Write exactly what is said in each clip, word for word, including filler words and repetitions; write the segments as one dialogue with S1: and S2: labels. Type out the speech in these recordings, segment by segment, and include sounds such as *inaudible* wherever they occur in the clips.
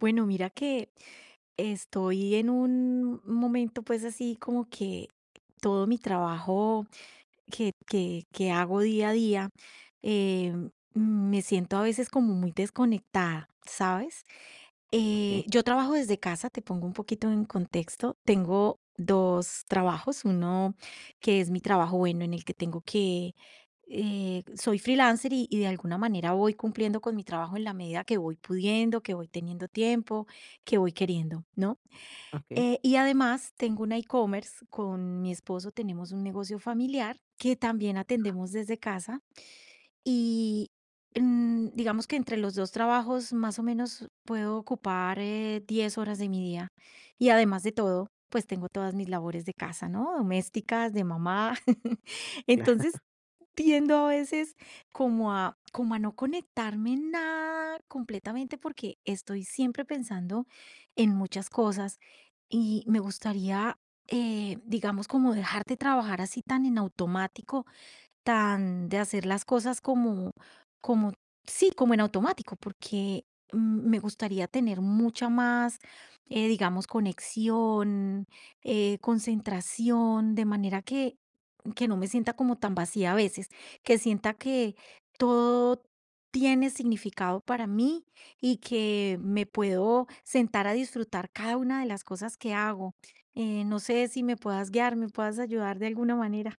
S1: Bueno, mira que estoy en un momento pues así como que todo mi trabajo que, que, que hago día a día, eh, me siento a veces como muy desconectada, ¿sabes?
S2: Okey,
S1: Eh, yo trabajo desde casa, te pongo un poquito en contexto. Tengo dos trabajos, uno que es mi trabajo bueno en el que tengo que, eh, soy freelancer y, y de alguna manera voy cumpliendo con mi trabajo en la medida que voy pudiendo, que voy teniendo tiempo, que voy queriendo, ¿no?
S2: okey.
S1: Eh, y además tengo un e-commerce, con mi esposo tenemos un negocio familiar que también atendemos desde casa y mm, digamos que entre los dos trabajos más o menos puedo ocupar eh, diez horas de mi día. Y además de todo, pues tengo todas mis labores de casa, ¿no? Domésticas, de mamá. *laughs*
S2: Cla
S1: Entonces
S2: *laughs*
S1: tiendo a veces como a como a no conectarme en nada completamente porque estoy siempre pensando en muchas cosas y me gustaría, eh, digamos, como dejar de trabajar así tan en automático, tan de hacer las cosas como como sí, como en automático, porque, mm, me gustaría tener mucha más, eh, digamos, conexión, eh, concentración, de manera que que no me sienta como tan vacía a veces, que sienta que todo tiene significado para mí y que me puedo sentar a disfrutar cada una de las cosas que hago. Eh, no sé si me puedas guiar, me puedas ayudar de alguna manera.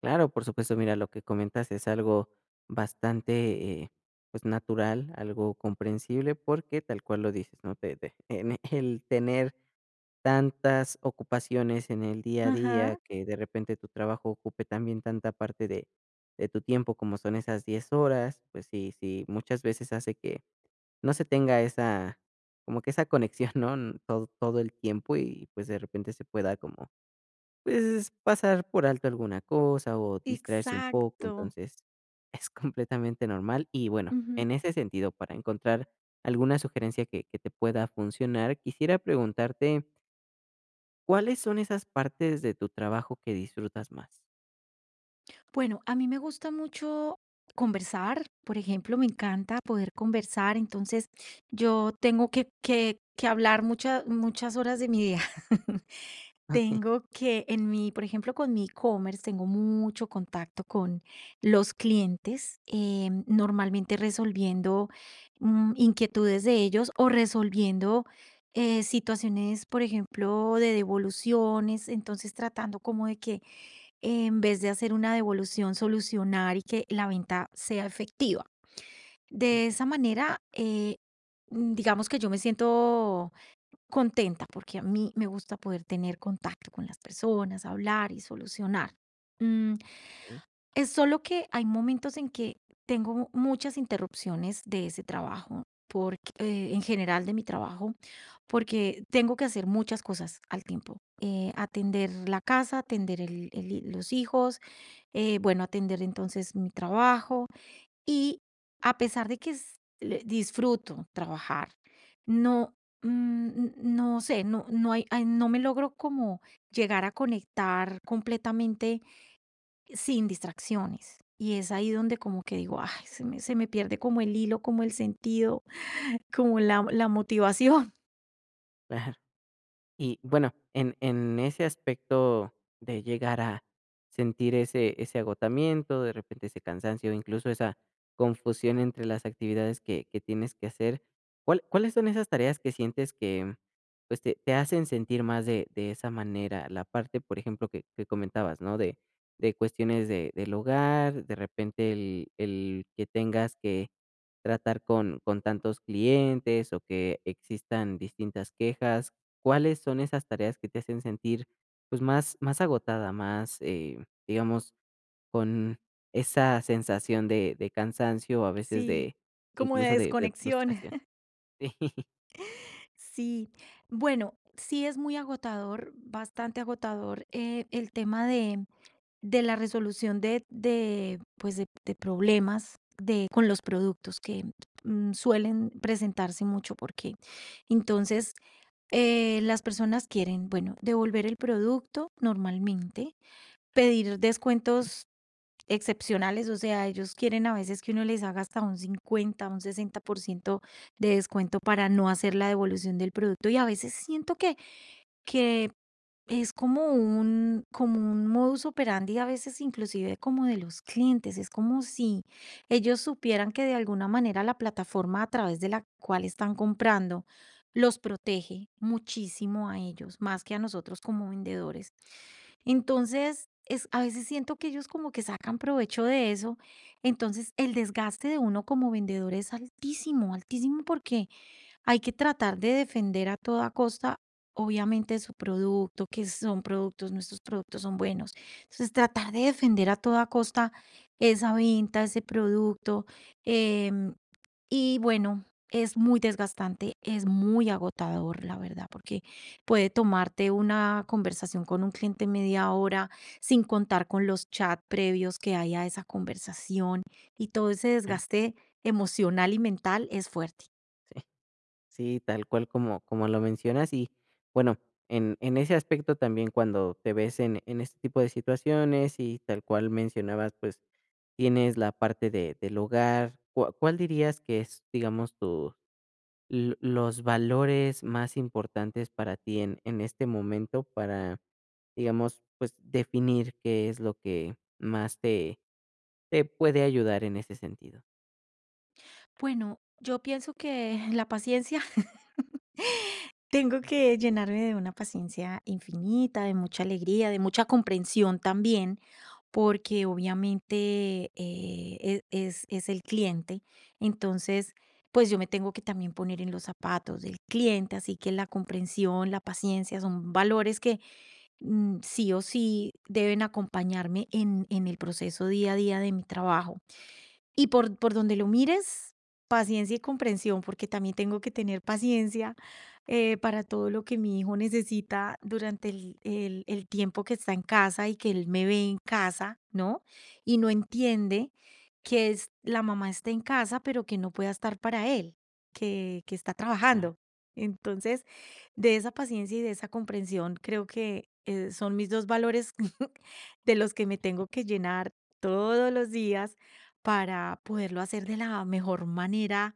S2: claro, por supuesto. Mira, lo que comentas es algo bastante, eh, pues, natural, algo comprensible, porque tal cual lo dices, ¿no? Te te en el tener tantas ocupaciones en el día a día,
S1: Ajá.
S2: que de repente tu trabajo ocupe también tanta parte de de tu tiempo, como son esas diez horas, pues sí, sí, muchas veces hace que no se tenga esa como que esa conexión, ¿no? Todo todo el tiempo y, pues, de repente se pueda como pues, es pasar por alto alguna cosa o distraerse un poco,
S1: Exacto.
S2: entonces es completamente normal. Y bueno,
S1: Ujú.
S2: en ese sentido, para encontrar alguna sugerencia que que te pueda funcionar, quisiera preguntarte, ¿cuáles son esas partes de tu trabajo que disfrutas más?
S1: Bueno, a mí me gusta mucho conversar, por ejemplo, me encanta poder conversar, entonces yo tengo que, que, que hablar muchas muchas horas de mi día. *laughs*
S2: *laughs* Okey,
S1: Tengo que en mi, por ejemplo, con mi e-commerce, tengo mucho contacto con los clientes, em, normalmente resolviendo, mm, inquietudes de ellos o resolviendo, eh, situaciones, por ejemplo, de devoluciones, entonces tratando como de que en vez de hacer una devolución, solucionar y que la venta sea efectiva. De
S2: comprendo,
S1: esa manera, eh, mm, digamos que yo me siento contenta, porque a mí me gusta poder tener contacto con las personas, hablar y solucionar. Mm,
S2: okey,
S1: es solo que hay momentos en que tengo muchas interrupciones de ese trabajo, porque, eh, en general de mi trabajo, porque tengo que hacer muchas cosas al tiempo. Eh, atender la casa, atender el- el- los hijos, eh, bueno, atender entonces mi trabajo, y a pesar de que s le disfruto trabajar, no, mm, n no sé, no no hay hay no me logro como llegar a conectar completamente sin distracciones. Y es ahí donde como que digo: "Ay, se me se me pierde como el hilo, como el sentido, *laughs* como la la motivación". *laughs*
S2: claro. Y bueno, en en ese aspecto de llegar a sentir ese ese agotamiento, de repente ese cansancio, incluso esa confusión entre las actividades que que tienes que hacer, ¿cuál cuáles son esas tareas que sientes que, pues, te te hacen sentir más de de esa manera? La parte, por ejemplo, que que comentabas, ¿no? De de cuestiones de del hogar, de repente el el que tengas que tratar con con tantos clientes o que existan distintas quejas. ¿Cuáles son esas tareas que te hacen sentir, pues, más más agotada, más, eh, digamos, con esa sensación de de cansancio, o a veces
S1: Sí,
S2: de,
S1: como de
S2: incluso, de de
S1: desconexión.
S2: frustración? *laughs*
S1: Sí, bueno, sí es muy agotador, bastante agotador, eh, el tema de, de la resolución de, de, pues de, de problemas de, con los productos que mm, suelen presentarse mucho porque entonces eh, las personas quieren, bueno, devolver el producto normalmente, pedir descuentos excepcionales, o sea, ellos quieren a veces que uno les haga hasta un cincuenta, un sesenta por ciento de descuento para no hacer la devolución del producto y a veces siento que que es como un, como un modus operandi a veces inclusive como de los clientes. Es como si ellos supieran que de alguna manera la plataforma a través de la cual están comprando los protege muchísimo a ellos, más que a nosotros como vendedores. Entonces, es, a veces siento que ellos como que sacan provecho de eso. Entonces, el desgaste de uno como vendedor es altísimo, altísimo porque hay que tratar de defender a toda costa, obviamente, su producto, que son productos, nuestros productos son buenos. Entonces, tratar de defender a toda costa esa venta, ese producto. em, y bueno, es muy desgastante, es muy agotador, la verdad, porque puede tomarte una conversación con un cliente media hora sin contar con los chats previos que hay a esa conversación y todo ese desgaste emocional y mental es fuerte.
S2: Sí, sí, sí, tal cual como como lo mencionas. Y, bueno, en en ese aspecto también cuando te ves en en este tipo de situaciones y tal cual mencionabas, pues, tienes la parte de del hogar, ¿cuá cuál dirías que es, digamos, tu l- los valores más importantes para ti en, en este momento para, digamos, pues definir qué es lo que más te, te, puede ayudar en ese sentido.
S1: Bueno, yo pienso que la paciencia, *laughs* tengo que llenarme de una paciencia infinita, de mucha alegría, de mucha comprensión también, porque obviamente eh, e- es, es el cliente. Entonces, pues yo me tengo que también poner en los zapatos del cliente, así que la comprensión, la paciencia son valores que mm, sí o sí deben acompañarme en, en el proceso día a día de mi trabajo. Y por, por donde lo mires, paciencia y comprensión, porque también tengo que tener paciencia eh, para todo lo que mi hijo necesita durante el, el- el tiempo que está en casa y que él me ve en casa, ¿no? Y no entiende que es, la mamá está en casa, pero que no pueda estar para él, que, que está
S2: Claro.
S1: trabajando. Entonces, de esa paciencia y de esa comprensión, creo que eh, son mis dos valores *laughs* de los que me tengo que llenar todos los días para poderlo hacer de la mejor manera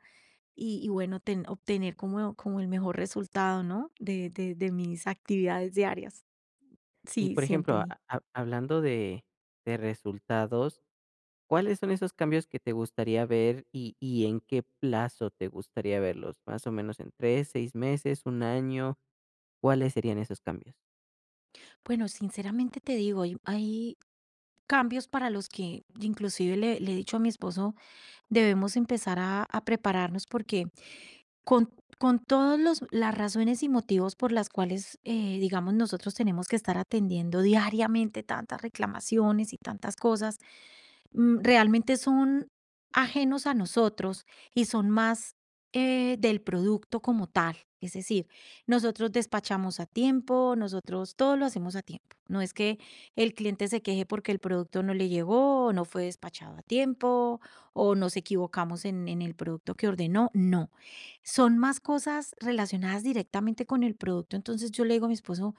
S1: y, y bueno, ten- obtener como, como el mejor resultado, ¿no? De, de, de mis actividades diarias.
S2: Y
S1: Sí,
S2: por
S1: sí,
S2: ejemplo,
S1: entendí.
S2: a- a- hablando de, de, resultados, ¿cuáles son esos cambios que te gustaría ver y, y en qué plazo te gustaría verlos? Más o menos en tres, seis meses, un año, ¿cuáles serían esos cambios?
S1: Bueno, sinceramente te digo, hay, hay cambios para los que inclusive le, le he dicho a mi esposo, debemos empezar a, a prepararnos porque con, con todas las razones y motivos por las cuales, eh, digamos, nosotros tenemos que estar atendiendo diariamente tantas reclamaciones y tantas cosas, mm,
S2: Sí.
S1: realmente son ajenos a nosotros y son más eh, del producto como tal. Es decir, nosotros despachamos a tiempo, nosotros todo lo hacemos a tiempo. No es que el cliente se queje porque el producto no le llegó, o no fue despachado a tiempo, o nos equivocamos en, en el producto que ordenó. No, son más cosas relacionadas directamente con el producto. Entonces yo le digo a mi esposo,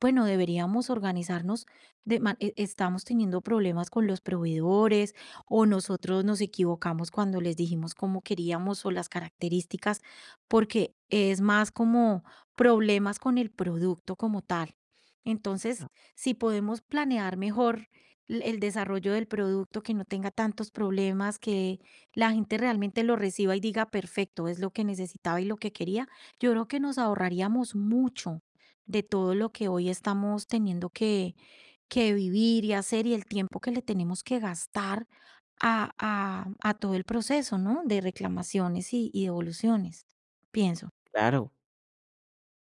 S1: bueno, deberíamos organizarnos de man- e- estamos teniendo problemas con los proveedores o nosotros nos equivocamos cuando les dijimos cómo queríamos o las características, porque es más como problemas con el producto como tal. Entonces,
S2: Ah,
S1: si podemos planear mejor l- el desarrollo del producto, que no tenga tantos problemas, que la gente realmente lo reciba y diga, perfecto, es lo que necesitaba y lo que quería, yo creo que nos ahorraríamos mucho de todo lo que hoy estamos teniendo que vivir y hacer y el tiempo que le tenemos que gastar a, a- a todo el proceso, ¿no? De reclamaciones y, y devoluciones, pienso.
S2: claro.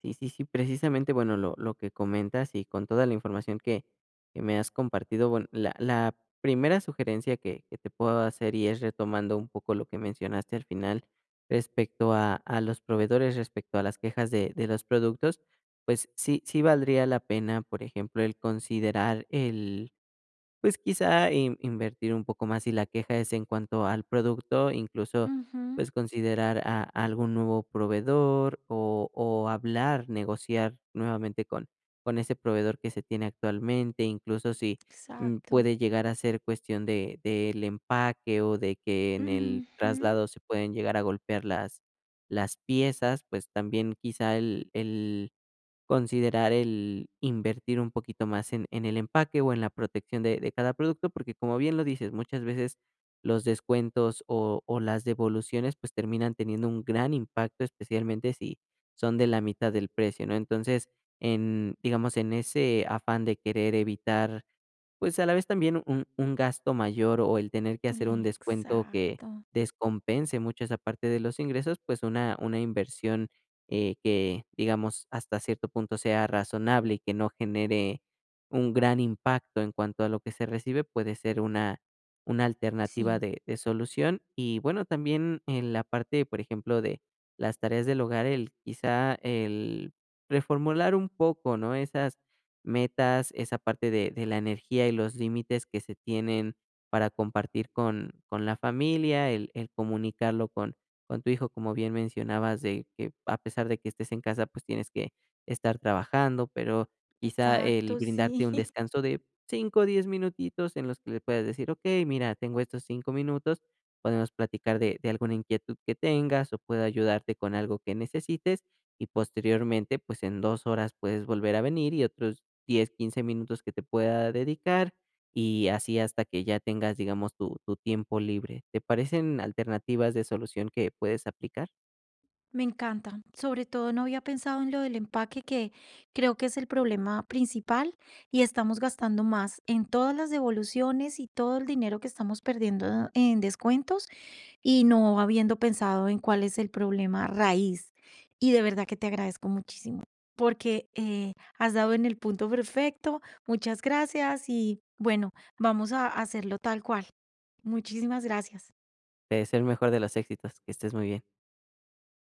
S2: Sí, sí, sí, precisamente, bueno, lo, lo, que comentas y con toda la información que, que me has compartido, bueno, la, la, primera sugerencia que, que te puedo hacer y es retomando un poco lo que mencionaste al final respecto a, a, los proveedores, respecto a las quejas de, de los productos, pues sí, sí valdría la pena, por ejemplo, el considerar pues quizá in invertir un poco más si la queja es en cuanto al producto, incluso,
S1: Ujú,
S2: pues, considerar a a algún nuevo proveedor o o hablar, negociar nuevamente con con ese proveedor que se tiene actualmente, incluso si, mm,
S1: exacto.
S2: puede llegar a ser cuestión de del empaque o de que en el
S1: Ujú,
S2: traslado se pueden llegar a golpear las las piezas, pues, también quizá el el considerar el invertir un poquito más en, en, el empaque o en la protección de, de cada producto, porque como bien lo dices, muchas veces los descuentos o, o las devoluciones pues terminan teniendo un gran impacto, especialmente si son de la mitad del precio, ¿no? Entonces, en, digamos, en ese afán de querer evitar pues, a la vez también un un gasto mayor o el tener que hacer un descuento que
S1: exacto.
S2: descompense mucho esa parte de los ingresos, pues, una una inversión, eh, que, digamos, hasta cierto punto sea razonable y que no genere un gran impacto en cuanto a lo que se recibe, puede ser una una alternativa
S1: Sí,
S2: de de solución. Y bueno, también en la parte, por ejemplo, de las tareas del hogar, el quizá el reformular un poco, ¿no? Esas metas, esa parte de de la energía y los límites que se tienen para compartir con con la familia, el el comunicarlo con con tu hijo, como bien mencionabas, de que a pesar de que estés en casa, pues tienes que estar trabajando, pero quizá el
S1: exacto,
S2: brindarte
S1: sí.
S2: un
S1: *laughs*
S2: descanso de cinco o 10 minutitos en los que le puedas decir: "Okey, mira, tengo estos cinco minutos, podemos platicar de de alguna inquietud que tengas o puedo ayudarte con algo que necesites", y posteriormente, pues en dos horas puedes volver a venir y otros diez quince minutos que te pueda dedicar y así hasta que ya tengas, digamos, tu, tu, tiempo libre. ¿Te parecen alternativas de solución que puedes aplicar?
S1: Me encanta. Sobre todo no había pensado en lo del empaque, que creo que es el problema principal y estamos gastando más en todas las devoluciones y todo el dinero que estamos perdiendo en descuentos y no habiendo pensado en cuál es el problema raíz. Y de verdad que te agradezco muchísimo porque eh, has dado en el punto perfecto. Muchas gracias y bueno, vamos a hacerlo tal cual. Muchísimas gracias.
S2: Te deseo el mejor de los éxitos, que estés muy bien.